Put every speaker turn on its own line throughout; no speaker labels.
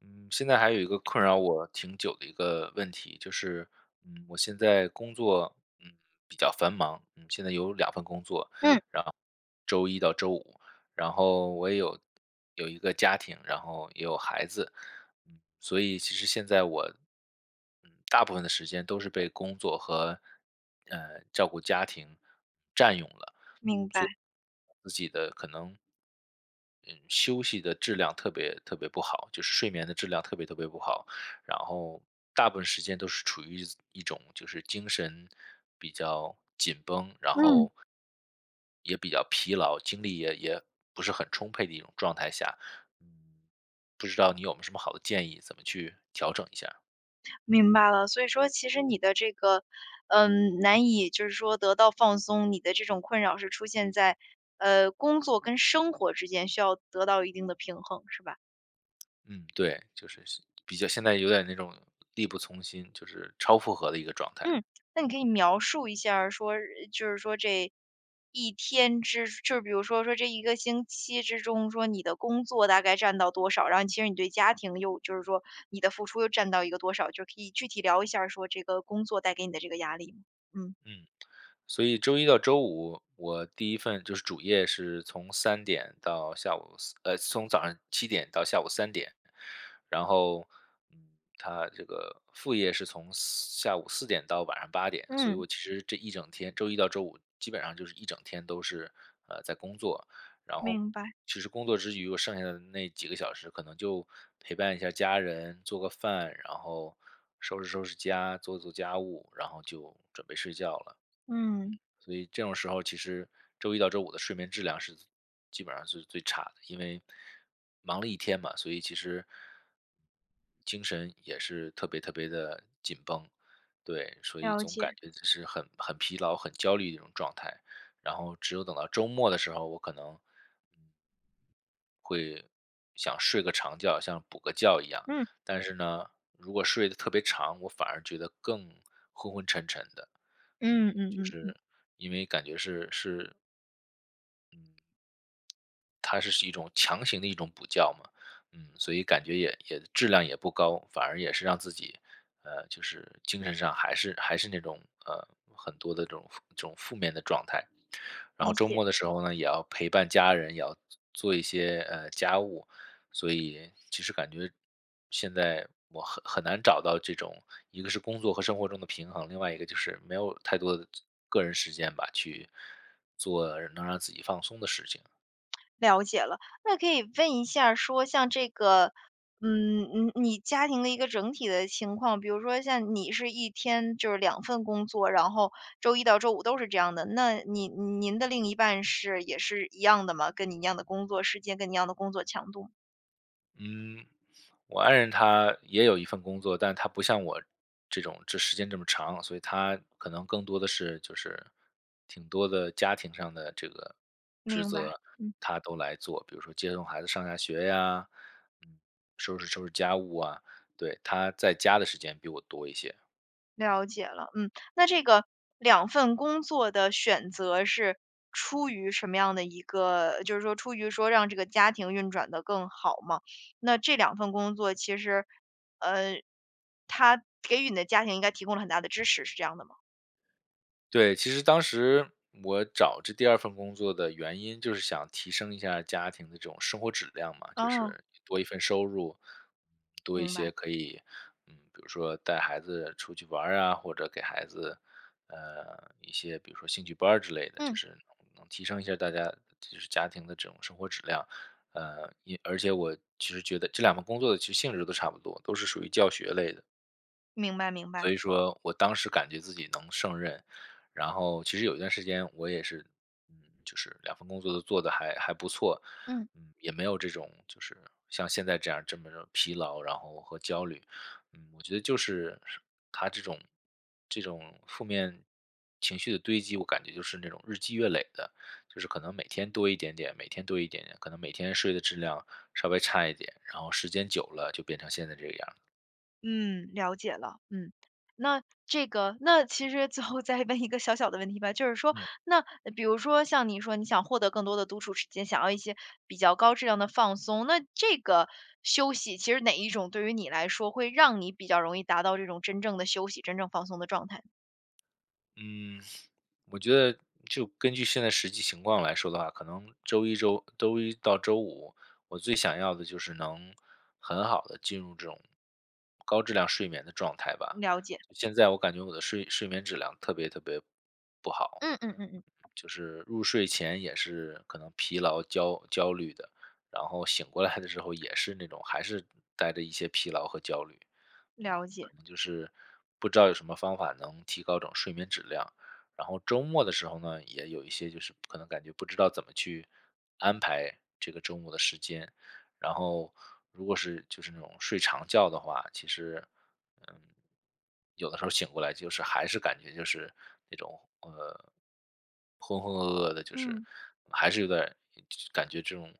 嗯，现在还有一个困扰我挺久的一个问题，就是，我现在工作，比较繁忙，现在有两份工作，
嗯，
周一到周五，然后我也有一个家庭，然后也有孩子，所以其实现在我，大部分的时间都是被工作和，照顾家庭占用了。
明白，
所以自己的可能，嗯，休息的质量特别特别不好，就是睡眠的质量特别特别不好，然后大部分时间都是处于一种就是精神比较紧绷，然
嗯，
后也比较疲劳，精力也不是很充沛的一种状态下，嗯，不知道你有没有什么好的建议，怎么去调整一下？
明白了。所以说其实你的这个，难以就是说得到放松，你的这种困扰是出现在，工作跟生活之间需要得到一定的平衡，是吧？
嗯，对，就是比较现在有点那种力不从心，就是超负荷的一个状态。
嗯，那你可以描述一下儿说，就是说这一天之比如说这一个星期之中，说你的工作大概占到多少，然后其实你对家庭又就是说你的付出又占到一个多少，就可以具体聊一下儿说这个工作带给你的这个压力吗？嗯。
嗯。所以周一到周五，我第一份就是主业是从三点到下午四呃，从早上7点到下午三点。然后，嗯，他这个副业是从下午4点到晚上8点，所以
嗯。
我其实这一整天，周一到周五基本上就是一整天都是，在工作。然后
明白，
其实工作之余，我剩下的那几个小时可能就陪伴一下家人，做个饭，然后收拾收拾家，做做家务，然后就准备睡觉了。
嗯，
所以这种时候，其实周一到周五的睡眠质量是基本上是最差的，因为忙了一天嘛，所以其实精神也是特别特别的紧绷，对，所以
了
总
解，
感觉就是很疲劳、很焦虑的一种状态。然后只有等到周末的时候，我可能嗯想睡个长觉，像补个觉一样。
嗯，
但是呢，如果睡得特别长，我反而觉得更昏昏沉沉的。
嗯嗯
就
嗯嗯，
是因为感觉是它是一种强行的一种补觉嘛，所以感觉也质量也不高，反而也是让自己，就是精神上还是那种，呃，很多的这种负面的状态。然后
理
周
解，
末的时候呢，也要陪伴家人，也要做一些，家务，所以其实感觉现在我很难找到这种一个是工作和生活中的平衡，另外一个就是没有太多的个人时间吧，去做能让自己放松的事情。
了解了。那可以问一下说像这个，嗯，你家庭的一个整体的情况，比如说像你是一天就是两份工作，然后周一到周五都是这样的，那您的另一半是也是一样的吗？跟你一样的工作时间，跟你一样的工作强度？
嗯，我爱人她也有一份工作，但她不像我这时间这么长，所以她可能更多的是就是挺多的家庭上的这个职
明白，
责，
嗯。
她都来做，比如说接送孩子上下学呀，嗯，收拾收拾家务啊，对，她在家的时间比我多一些。
了解了，嗯，那这个两份工作的选择是出于什么样的一个就是说出于说让这个家庭运转的更好嘛，那这两份工作其实，呃，它给予你的家庭应该提供了很大的支持，是这样的吗？
对，其实当时我找这第二份工作的原因就是想提升一下家庭的这种生活质量嘛，就
哦，
是多一份收入，多一
明
些
白，
可以，比如说带孩子出去玩儿啊，或者给孩子，一些比如说兴趣班儿之类的，就
嗯，
是能提升一下大家就是家庭的这种生活质量。也而且我其实觉得这两份工作的其实性质都差不多，都是属于教学类的。
明白明白。
所以说我当时感觉自己能胜任，然后其实有一段时间我也是，嗯，就是两份工作都做得还不错，
嗯。
也没有这种就是像现在这样这么着疲劳，然后和焦虑，我觉得就是他这种负面情绪的堆积，我感觉就是那种日积月累的，就是可能每天多一点点，每天多一点点，可能每天睡的质量稍微差一点，然后时间久了就变成现在这个样儿
嗯，了解了，嗯。那这个那其实最后再问一个小小的问题吧，就是说，
嗯。
那比如说像你说你想获得更多的独处时间，想要一些比较高质量的放松，那这个休息其实哪一种对于你来说会让你比较容易达到这种真正的休息、真正放松的状态？
嗯，我觉得就根据现在实际情况来说的话，可能周一到周五，我最想要的就是能很好的进入这种高质量睡眠的状态吧。
了解，
现在我感觉我的睡眠质量特别特别不好，
嗯嗯嗯嗯，
就是入睡前也是可能疲劳焦虑的，然后醒过来的时候也是那种还是带着一些疲劳和焦虑。嗯，
了解，
可能就是不知道有什么方法能提高这种睡眠质量。然后周末的时候呢，也有一些就是可能感觉不知道怎么去安排这个周末的时间。然后如果是就是那种睡长觉的话，其实嗯，有的时候醒过来就是还是感觉就是那种浑浑噩噩的，就是
嗯。
还是有点儿感觉这种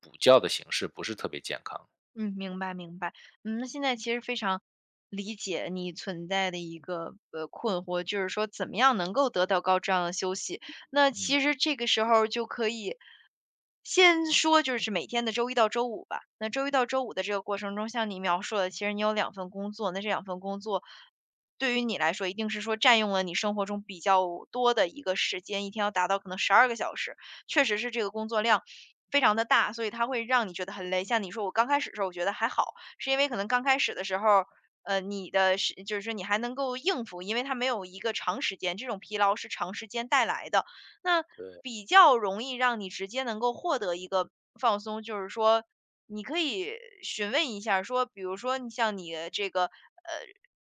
补觉的形式不是特别健康。
嗯，明白明白。嗯，那现在其实非常理解你存在的一个困惑，就是说怎么样能够得到高质量的休息。那
嗯，
其实这个时候就可以先说，就是每天的周一到周五吧。那周一到周五的这个过程中，像你描述的，其实你有两份工作，那这两份工作对于你来说，一定是说占用了你生活中比较多的一个时间，一天要达到可能12个小时。确实是这个工作量非常的大，所以它会让你觉得很累。像你说我刚开始的时候我觉得还好，是因为可能刚开始的时候，你的就是说你还能够应付，因为它没有一个长时间这种疲劳是长时间带来的。那
对。
比较容易让你直接能够获得一个放松，就是说你可以询问一下儿说，比如说你像你的这个，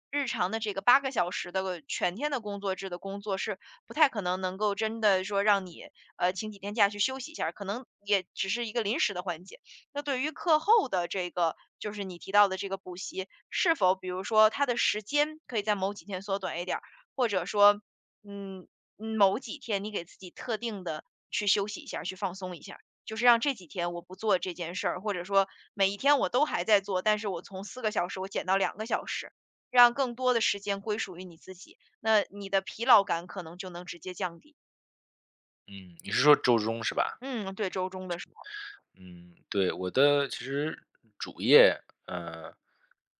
日常的这个8个小时的全天的工作制的工作是不太可能能够真的说让你请几天假去休息一下儿，可能也只是一个临时的缓解。那对于课后的这个，就是你提到的这个补习，是否比如说它的时间可以在某几天缩短一点儿，或者说，嗯，嗯某几天你给自己特定的去休息一下儿，去放松一下儿，就是让这几天我不做这件事儿，或者说每一天我都还在做，但是我从4个小时我减到两个小时，让更多的时间归属于你自己，那你的疲劳感可能就能直接降低。
嗯，你是说周中是吧？
嗯，对周中的时
嗯，对，我的其实主业，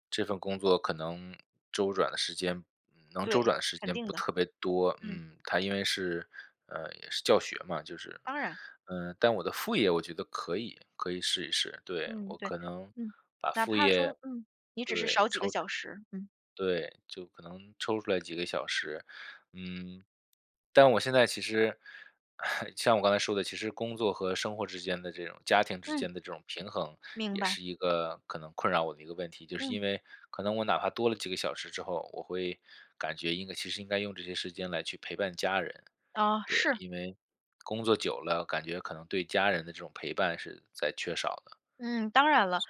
这份工作可能周转的时间，能
对，
周转的时
肯
间
定
不
的，
特别多，
嗯，
它因为是，也是教学嘛，就是，
当然，
但我的副业我觉得可以，可以试一试，对，
嗯，
我
对，
可能
嗯，
把
哪
副
怕
业
说，嗯，你只是少几个小时，嗯
对，就可能抽出来几个小时，嗯，但我现在其实，像我刚才说的，其实工作和生活之间的这种家庭之
嗯，
间的这种平衡，
明
也
白，
是一个可能困扰我的一个问题，就是
嗯，
因为可能我哪怕多了几个小时之后，我会感觉应该其实应该用这些时间来去陪伴家人，
啊，
对，
是，
因为工作久了，感觉可能对家人的这种陪伴是在缺少的，
嗯，当然了，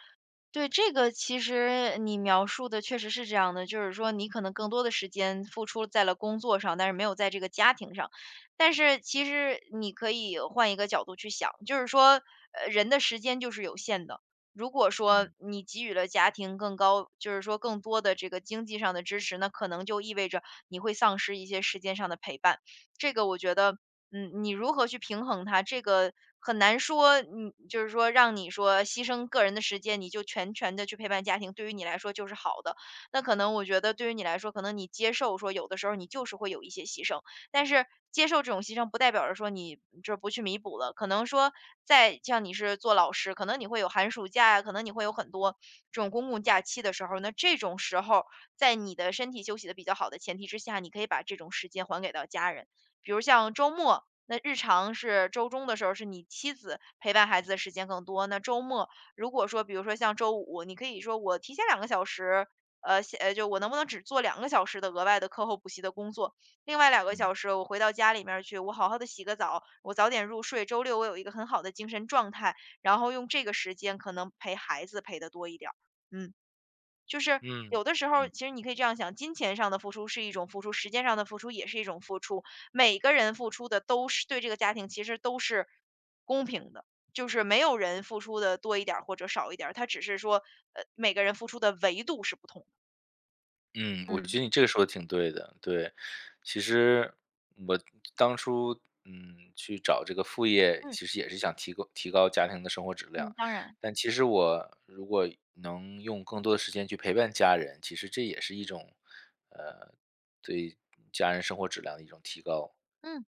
对，这个其实你描述的确实是这样的，就是说你可能更多的时间付出在了工作上，但是没有在这个家庭上。但是其实你可以换一个角度去想，就是说，人的时间就是有限的。如果说
嗯
你给予了家庭更高，就是说更多的这个经济上的支持，那可能就意味着你会丧失一些时间上的陪伴。这个我觉得，嗯，你如何去平衡它，这个很难说，嗯，就是说让你说牺牲个人的时间，你就全权的去陪伴家庭，对于你来说就是好的。那可能我觉得对于你来说，可能你接受说有的时候你就是会有一些牺牲，但是接受这种牺牲不代表着说你就是不去弥补了。可能说在像你是做老师，可能你会有寒暑假呀，可能你会有很多这种公共假期的时候，那这种时候在你的身体休息的比较好的前提之下，你可以把这种时间还给到家人。比如像周末，那日常是周中的时候是你妻子陪伴孩子的时间更多，那周末如果说比如说像周五，你可以说我提前两个小时，就我能不能只做两个小时的额外的课后补习的工作，另外两个小
嗯
时我回到家里面儿去，我好好的洗个澡，我早点入睡，周六我有一个很好的精神状态，然后用这个时间可能陪孩子陪的多一点儿，嗯。就是
嗯
有的时候，
嗯。
其实你可以这样想，金钱上的付出是一种付出，时间上的付出也是一种付出。每个人付出的都是对这个家庭其实都是公平的，就是没有人付出的多一点儿或者少一点儿，他只是说，每个人付出的维度是不同的。
嗯，我
嗯
觉得你这个说的挺对的，对。其实我当初，去找这个副业，
嗯
其实也是想提高家庭的生活质
嗯，
量，
当然，
但其实我如果能用更多的时间去陪伴家人，其实这也是一种，呃，对家人生活质量的一种提高，
嗯。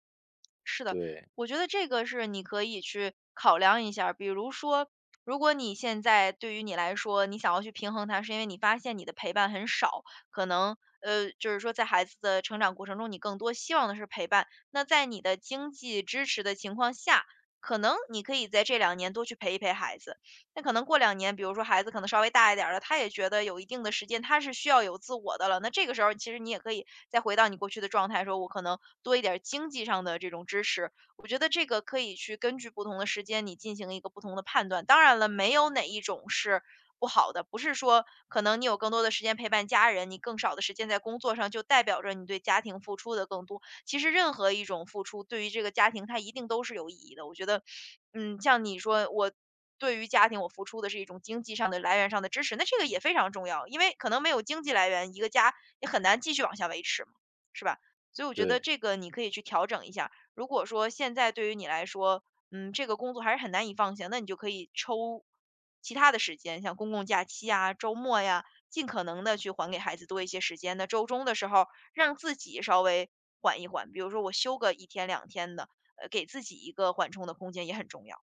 是的，
对，
我觉得这个是你可以去考量一下儿比如说，如果你现在对于你来说，你想要去平衡它，是因为你发现你的陪伴很少，可能,就是说在孩子的成长过程中，你更多希望的是陪伴。那在你的经济支持的情况下，可能你可以在这两年多去陪一陪孩子。那可能过两年，比如说孩子可能稍微大一点儿了，他也觉得有一定的时间，他是需要有自我的了。那这个时候其实你也可以再回到你过去的状态，说我可能多一点儿经济上的这种支持。我觉得这个可以去根据不同的时间，你进行一个不同的判断。当然了，没有哪一种是不好的，不是说可能你有更多的时间陪伴家人，你更少的时间在工作上，就代表着你对家庭付出的更多。其实任何一种付出，对于这个家庭，它一定都是有意义的。我觉得，嗯，像你说我对于家庭我付出的是一种经济上的来源上的支持，那这个也非常重要，因为可能没有经济来源，一个家也很难继续往下维持嘛，是吧？所以我觉得
对。
这个你可以去调整一下。如果说现在对于你来说，嗯，这个工作还是很难以放下，那你就可以抽其他的时间，像公共假期啊、周末呀，尽可能的去还给孩子多一些时间。那周中的时候，让自己稍微缓一缓。比如说我休个1天2天的，给自己一个缓冲的空间也很重要。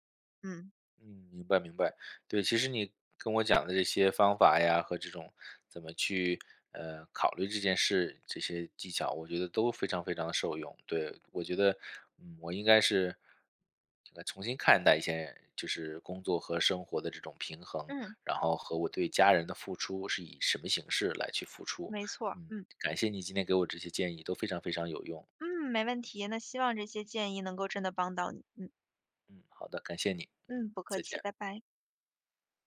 嗯。
嗯，明白明白。对，其实你跟我讲的这些方法呀，和这种怎么去考虑这件事，这些技巧，我觉得都非常非常的受用。对，我觉得，我应该是这个重新看待一些就是工作和生活的这种平衡，
嗯，
然后和我对家人的付出是以什么形式来去付出。
没错儿，
嗯，
嗯，
感谢你今天给我这些建议，都非常非常有用。
嗯，没问题。那希望这些建议能够真的帮到你，嗯，
嗯，好的，感谢你。嗯，
嗯，不客
再
气，
见。
拜拜。